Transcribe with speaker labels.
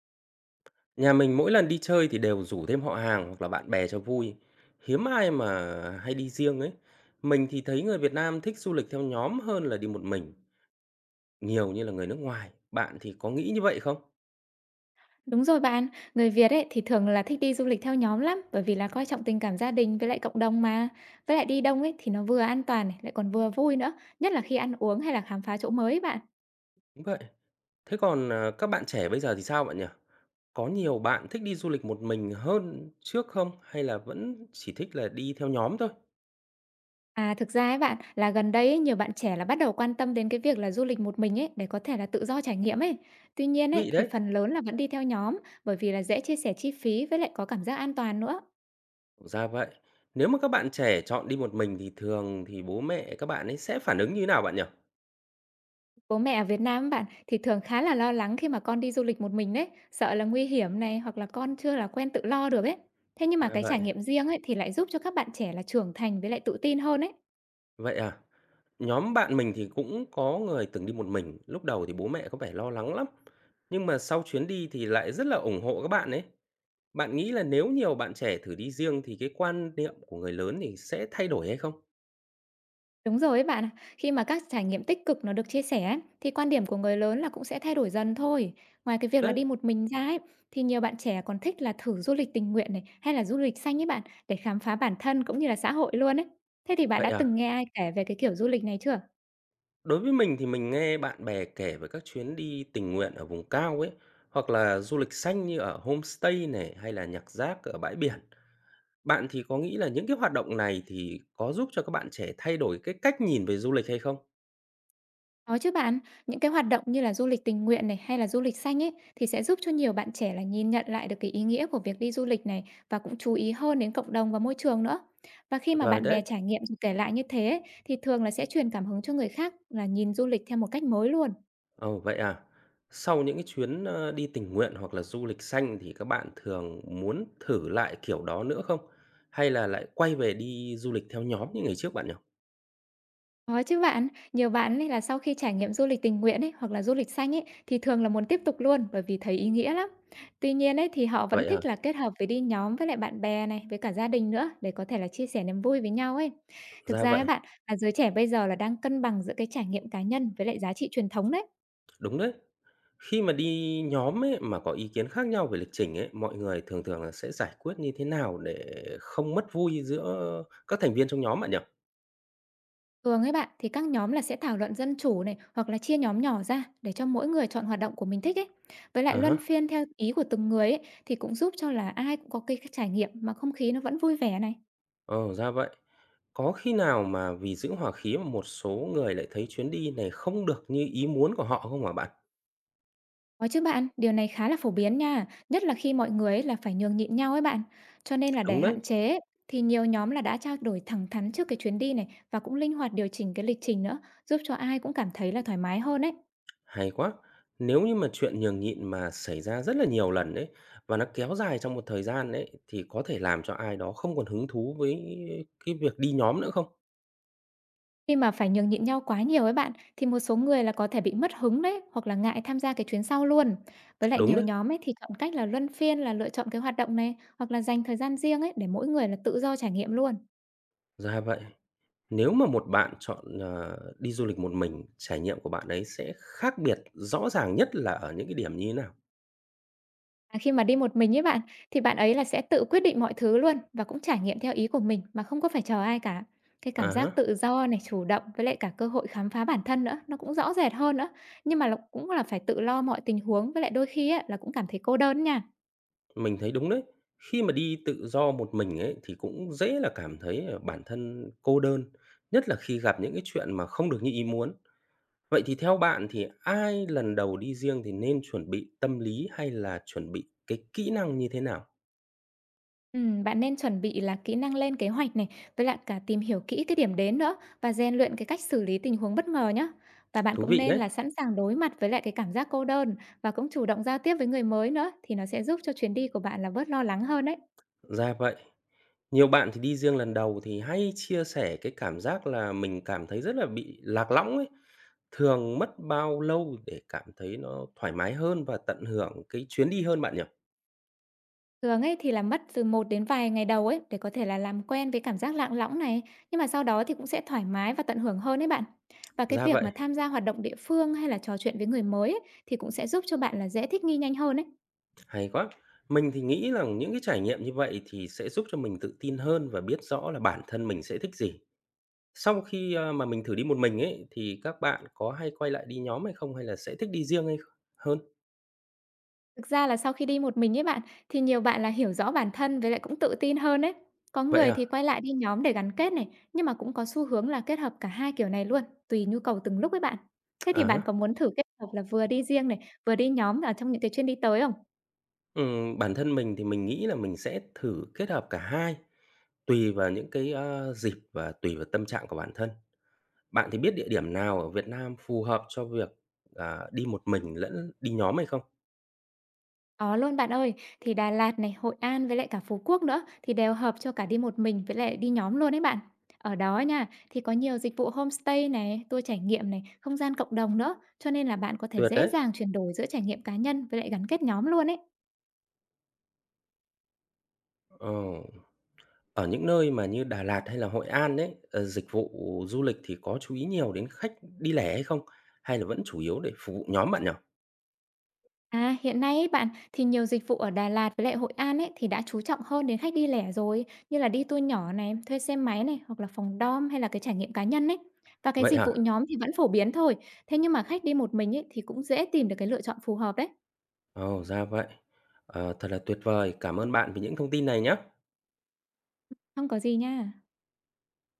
Speaker 1: Nhà mình mỗi lần đi chơi thì đều rủ thêm họ hàng hoặc là bạn bè cho vui. Hiếm ai mà hay đi riêng ấy. Mình thì thấy người Việt Nam thích du lịch theo nhóm hơn là đi một mình, nhiều như là người nước ngoài. Bạn thì có nghĩ như vậy không?
Speaker 2: Đúng rồi bạn, người Việt ấy thì thường là thích đi du lịch theo nhóm lắm bởi vì là coi trọng tình cảm gia đình với lại cộng đồng mà. Với lại đi đông ấy thì nó vừa an toàn này, lại còn vừa vui nữa, nhất là khi ăn uống hay là khám phá chỗ mới ấy bạn.
Speaker 1: Đúng vậy. Thế còn các bạn trẻ bây giờ thì sao bạn nhỉ? Có nhiều bạn thích đi du lịch một mình hơn trước không? Hay là vẫn chỉ thích là đi theo nhóm thôi? Thú
Speaker 2: À, thực ra ấy bạn, là gần đây ấy, nhiều bạn trẻ là bắt đầu quan tâm đến cái việc là du lịch một mình ấy để có thể là tự do trải nghiệm ấy. Tuy nhiên ấy
Speaker 1: vị
Speaker 2: thì
Speaker 1: đấy.
Speaker 2: phần lớn là vẫn đi theo nhóm bởi vì là dễ chia sẻ chi phí với lại có cảm giác an toàn nữa.
Speaker 1: Thực ra vậy. Nếu mà các bạn trẻ chọn đi một mình thì thường thì bố mẹ các bạn ấy sẽ phản ứng như thế nào bạn nhỉ?
Speaker 2: Bố mẹ ở Việt Nam bạn, thì thường khá là lo lắng khi mà con đi du lịch một mình đấy, sợ là nguy hiểm này, hoặc là con chưa là quen tự lo được ấy. Thế nhưng mà
Speaker 1: Ra
Speaker 2: cái
Speaker 1: vậy.
Speaker 2: trải nghiệm riêng ấy thì lại giúp cho các bạn trẻ là trưởng thành với lại tự tin hơn ấy.
Speaker 1: Vậy à? Nhóm bạn mình thì cũng có người từng đi một mình, lúc đầu thì bố mẹ có vẻ lo lắng lắm, nhưng mà sau chuyến đi thì lại rất là ủng hộ các bạn ấy. Bạn nghĩ là nếu nhiều bạn trẻ thử đi riêng thì cái quan niệm của người lớn thì sẽ thay đổi hay không?
Speaker 2: Đúng rồi ấy bạn ạ, khi mà các trải nghiệm tích cực nó được chia sẻ ấy, thì quan điểm của người lớn là cũng sẽ thay đổi dần thôi. Ngoài cái việc là
Speaker 1: Đấy,
Speaker 2: đi một mình ra ấy, thì nhiều bạn trẻ còn thích là thử du lịch tình nguyện này hay là du lịch xanh ấy bạn, để khám phá bản thân cũng như là xã hội luôn ấy. Thế thì bạn
Speaker 1: vậy
Speaker 2: đã
Speaker 1: à.
Speaker 2: từng nghe ai kể về cái kiểu du lịch này chưa?
Speaker 1: Đối với mình thì mình nghe bạn bè kể về các chuyến đi tình nguyện ở vùng cao ấy, hoặc là du lịch xanh như ở homestay này hay là nhặt rác ở bãi biển. Bạn thì có nghĩ là những cái hoạt động này thì có giúp cho các bạn trẻ thay đổi cái cách nhìn về du lịch hay không?
Speaker 2: Có chứ bạn, những cái hoạt động như là du lịch tình nguyện này hay là du lịch xanh ấy thì sẽ giúp cho nhiều bạn trẻ là nhìn nhận lại được cái ý nghĩa của việc đi du lịch này, và cũng chú ý hơn đến cộng đồng và môi trường nữa. Và khi
Speaker 1: Tuyệt
Speaker 2: mà
Speaker 1: vời
Speaker 2: bạn bè
Speaker 1: đấy.
Speaker 2: trải nghiệm rồi kể lại như thế ấy, thì thường là sẽ truyền cảm hứng cho người khác là nhìn du lịch theo một cách mới luôn.
Speaker 1: Ồ, vậy à? Sau những cái chuyến đi tình nguyện hoặc là du lịch xanh thì các bạn thường muốn thử lại kiểu đó nữa không? Hay là lại quay về đi du lịch theo nhóm như ngày trước bạn nhỉ?
Speaker 2: Có chứ bạn, nhiều bạn ấy là sau khi trải nghiệm du lịch tình nguyện ấy, hoặc là du lịch xanh ấy, thì thường là muốn tiếp tục luôn bởi vì thấy ý nghĩa lắm. Tuy nhiên ấy thì họ vẫn
Speaker 1: Vậy à?
Speaker 2: thích là kết hợp với đi nhóm với lại bạn bè này, với cả gia đình nữa, để có thể là chia sẻ niềm vui với nhau ấy. Thực
Speaker 1: Ra
Speaker 2: ra
Speaker 1: vậy.
Speaker 2: ấy bạn, là giới trẻ bây giờ là đang cân bằng giữa cái trải nghiệm cá nhân với lại giá trị truyền thống đấy.
Speaker 1: Đúng đấy. Khi mà đi nhóm ấy, mà có ý kiến khác nhau về lịch trình ấy, mọi người thường thường là sẽ giải quyết như thế nào để không mất vui giữa các thành viên trong nhóm bạn nhỉ?
Speaker 2: Thường ấy bạn, thì các nhóm là sẽ thảo luận dân chủ này, hoặc là chia nhóm nhỏ ra để cho mỗi người chọn hoạt động của mình thích ấy. Với
Speaker 1: À
Speaker 2: lại luân
Speaker 1: há,
Speaker 2: phiên theo ý của từng người ấy thì cũng giúp cho là ai cũng có cái trải nghiệm mà không khí nó vẫn vui vẻ này.
Speaker 1: ờ, ra vậy. Có khi nào mà vì giữ hòa khí mà một số người lại thấy chuyến đi này không được như ý muốn của họ không hả bạn?
Speaker 2: Có chứ bạn, điều này khá là phổ biến nha, nhất là khi mọi người ấy là phải nhường nhịn nhau ấy bạn. Cho nên là để
Speaker 1: Đúng đấy,
Speaker 2: hạn chế ấy, thì nhiều nhóm là đã trao đổi thẳng thắn trước cái chuyến đi này, và cũng linh hoạt điều chỉnh cái lịch trình nữa, giúp cho ai cũng cảm thấy là thoải mái hơn ấy.
Speaker 1: hay quá. Nếu như mà chuyện nhường nhịn mà xảy ra rất là nhiều lần ấy và nó kéo dài trong một thời gian ấy thì có thể làm cho ai đó không còn hứng thú với cái việc đi nhóm nữa không?
Speaker 2: Khi mà phải nhường nhịn nhau quá nhiều ấy bạn, thì một số người là có thể bị mất hứng đấy, hoặc là ngại tham gia cái chuyến sau luôn. Với lại
Speaker 1: Đúng
Speaker 2: nhiều
Speaker 1: đấy,
Speaker 2: nhóm ấy thì chọn cách là luân phiên là lựa chọn cái hoạt động này, hoặc là dành thời gian riêng ấy để mỗi người là tự do trải nghiệm luôn.
Speaker 1: ra vậy. Nếu mà một bạn chọn đi du lịch một mình, trải nghiệm của bạn ấy sẽ khác biệt rõ ràng nhất là ở những cái điểm như thế nào?
Speaker 2: À, khi mà đi một mình ấy bạn, thì bạn ấy là sẽ tự quyết định mọi thứ luôn, và cũng trải nghiệm theo ý của mình mà không có phải chờ ai cả. Cái
Speaker 1: À
Speaker 2: cảm giác
Speaker 1: há,
Speaker 2: tự do này, chủ động với lại cả cơ hội khám phá bản thân nữa, nó cũng rõ rệt hơn nữa. Nhưng mà là cũng là phải tự lo mọi tình huống, với lại đôi khi ấy, là cũng cảm thấy cô đơn nha.
Speaker 1: mình thấy đúng đấy. Khi mà đi tự do một mình ấy thì cũng dễ là cảm thấy bản thân cô đơn, nhất là khi gặp những cái chuyện mà không được như ý muốn. Vậy thì theo bạn thì ai lần đầu đi riêng thì nên chuẩn bị tâm lý hay là chuẩn bị cái kỹ năng như thế nào?
Speaker 2: Bạn nên chuẩn bị là kỹ năng lên kế hoạch này, với lại cả tìm hiểu kỹ cái điểm đến nữa, và rèn luyện cái cách xử lý tình huống bất ngờ nhé. Và bạn
Speaker 1: Thú
Speaker 2: cũng
Speaker 1: vị
Speaker 2: nên
Speaker 1: đấy,
Speaker 2: là sẵn sàng đối mặt với lại cái cảm giác cô đơn, và cũng chủ động giao tiếp với người mới nữa, thì nó sẽ giúp cho chuyến đi của bạn là bớt lo lắng hơn đấy.
Speaker 1: ra vậy. Nhiều bạn thì đi riêng lần đầu thì hay chia sẻ cái cảm giác là mình cảm thấy rất là bị lạc lõng ấy. Thường mất bao lâu để cảm thấy nó thoải mái hơn và tận hưởng cái chuyến đi hơn bạn nhỉ?
Speaker 2: Thường ấy thì là mất từ một đến vài ngày đầu ấy để có thể là làm quen với cảm giác lạng lõng này, nhưng mà sau đó thì cũng sẽ thoải mái và tận hưởng hơn đấy bạn. Và cái
Speaker 1: Ra
Speaker 2: việc
Speaker 1: vậy,
Speaker 2: mà tham gia hoạt động địa phương hay là trò chuyện với người mới ấy, thì cũng sẽ giúp cho bạn là dễ thích nghi nhanh hơn ấy.
Speaker 1: hay quá. Mình thì nghĩ rằng những cái trải nghiệm như vậy thì sẽ giúp cho mình tự tin hơn và biết rõ là bản thân mình sẽ thích gì. Sau khi mà mình thử đi một mình ấy, thì các bạn có hay quay lại đi nhóm hay không? Hay là sẽ thích đi riêng hay hơn?
Speaker 2: Thực ra là sau khi đi một mình ấy bạn, thì nhiều bạn là hiểu rõ bản thân với lại cũng tự tin hơn đấy. Có
Speaker 1: Vậy
Speaker 2: người
Speaker 1: à?
Speaker 2: thì quay lại đi nhóm để gắn kết này, nhưng mà cũng có xu hướng là kết hợp cả hai kiểu này luôn, tùy nhu cầu từng lúc ấy bạn. Thế
Speaker 1: À
Speaker 2: thì bạn
Speaker 1: há.
Speaker 2: có muốn thử kết hợp là vừa đi riêng này, vừa đi nhóm ở trong những cái chuyến đi tới không?
Speaker 1: Bản thân mình thì mình nghĩ là mình sẽ thử kết hợp cả hai, tùy vào những cái dịp và tùy vào tâm trạng của bản thân. Bạn thì biết địa điểm nào ở Việt Nam phù hợp cho việc đi một mình lẫn đi nhóm hay không?
Speaker 2: Có luôn bạn ơi, thì Đà Lạt này, Hội An với lại cả Phú Quốc nữa thì đều hợp cho cả đi một mình với lại đi nhóm luôn đấy bạn. Ở đó nha, thì có nhiều dịch vụ homestay này, tour trải nghiệm này, không gian cộng đồng nữa, cho nên là bạn có thể
Speaker 1: Tuyệt
Speaker 2: dễ
Speaker 1: đấy.
Speaker 2: dàng chuyển đổi giữa trải nghiệm cá nhân với lại gắn kết nhóm luôn ấy.
Speaker 1: Ờ, ở những nơi mà như Đà Lạt hay là Hội An đấy, dịch vụ du lịch thì có chú ý nhiều đến khách đi lẻ hay không? Hay là vẫn chủ yếu để phục vụ nhóm bạn nhỉ?
Speaker 2: À, hiện nay ấy bạn, thì nhiều dịch vụ ở Đà Lạt với lại Hội An ấy, thì đã chú trọng hơn đến khách đi lẻ rồi, như là đi tour nhỏ này, thuê xe máy này, hoặc là phòng dorm, hay là cái trải nghiệm cá nhân ấy. Và cái
Speaker 1: Vậy
Speaker 2: dịch
Speaker 1: hả?
Speaker 2: vụ nhóm thì vẫn phổ biến thôi, thế nhưng mà khách đi một mình ấy, thì cũng dễ tìm được cái lựa chọn phù hợp đấy.
Speaker 1: Ồ, ra vậy. Ờ, thật là tuyệt vời. Cảm ơn bạn vì những thông tin này nhé.
Speaker 2: Không có gì nha.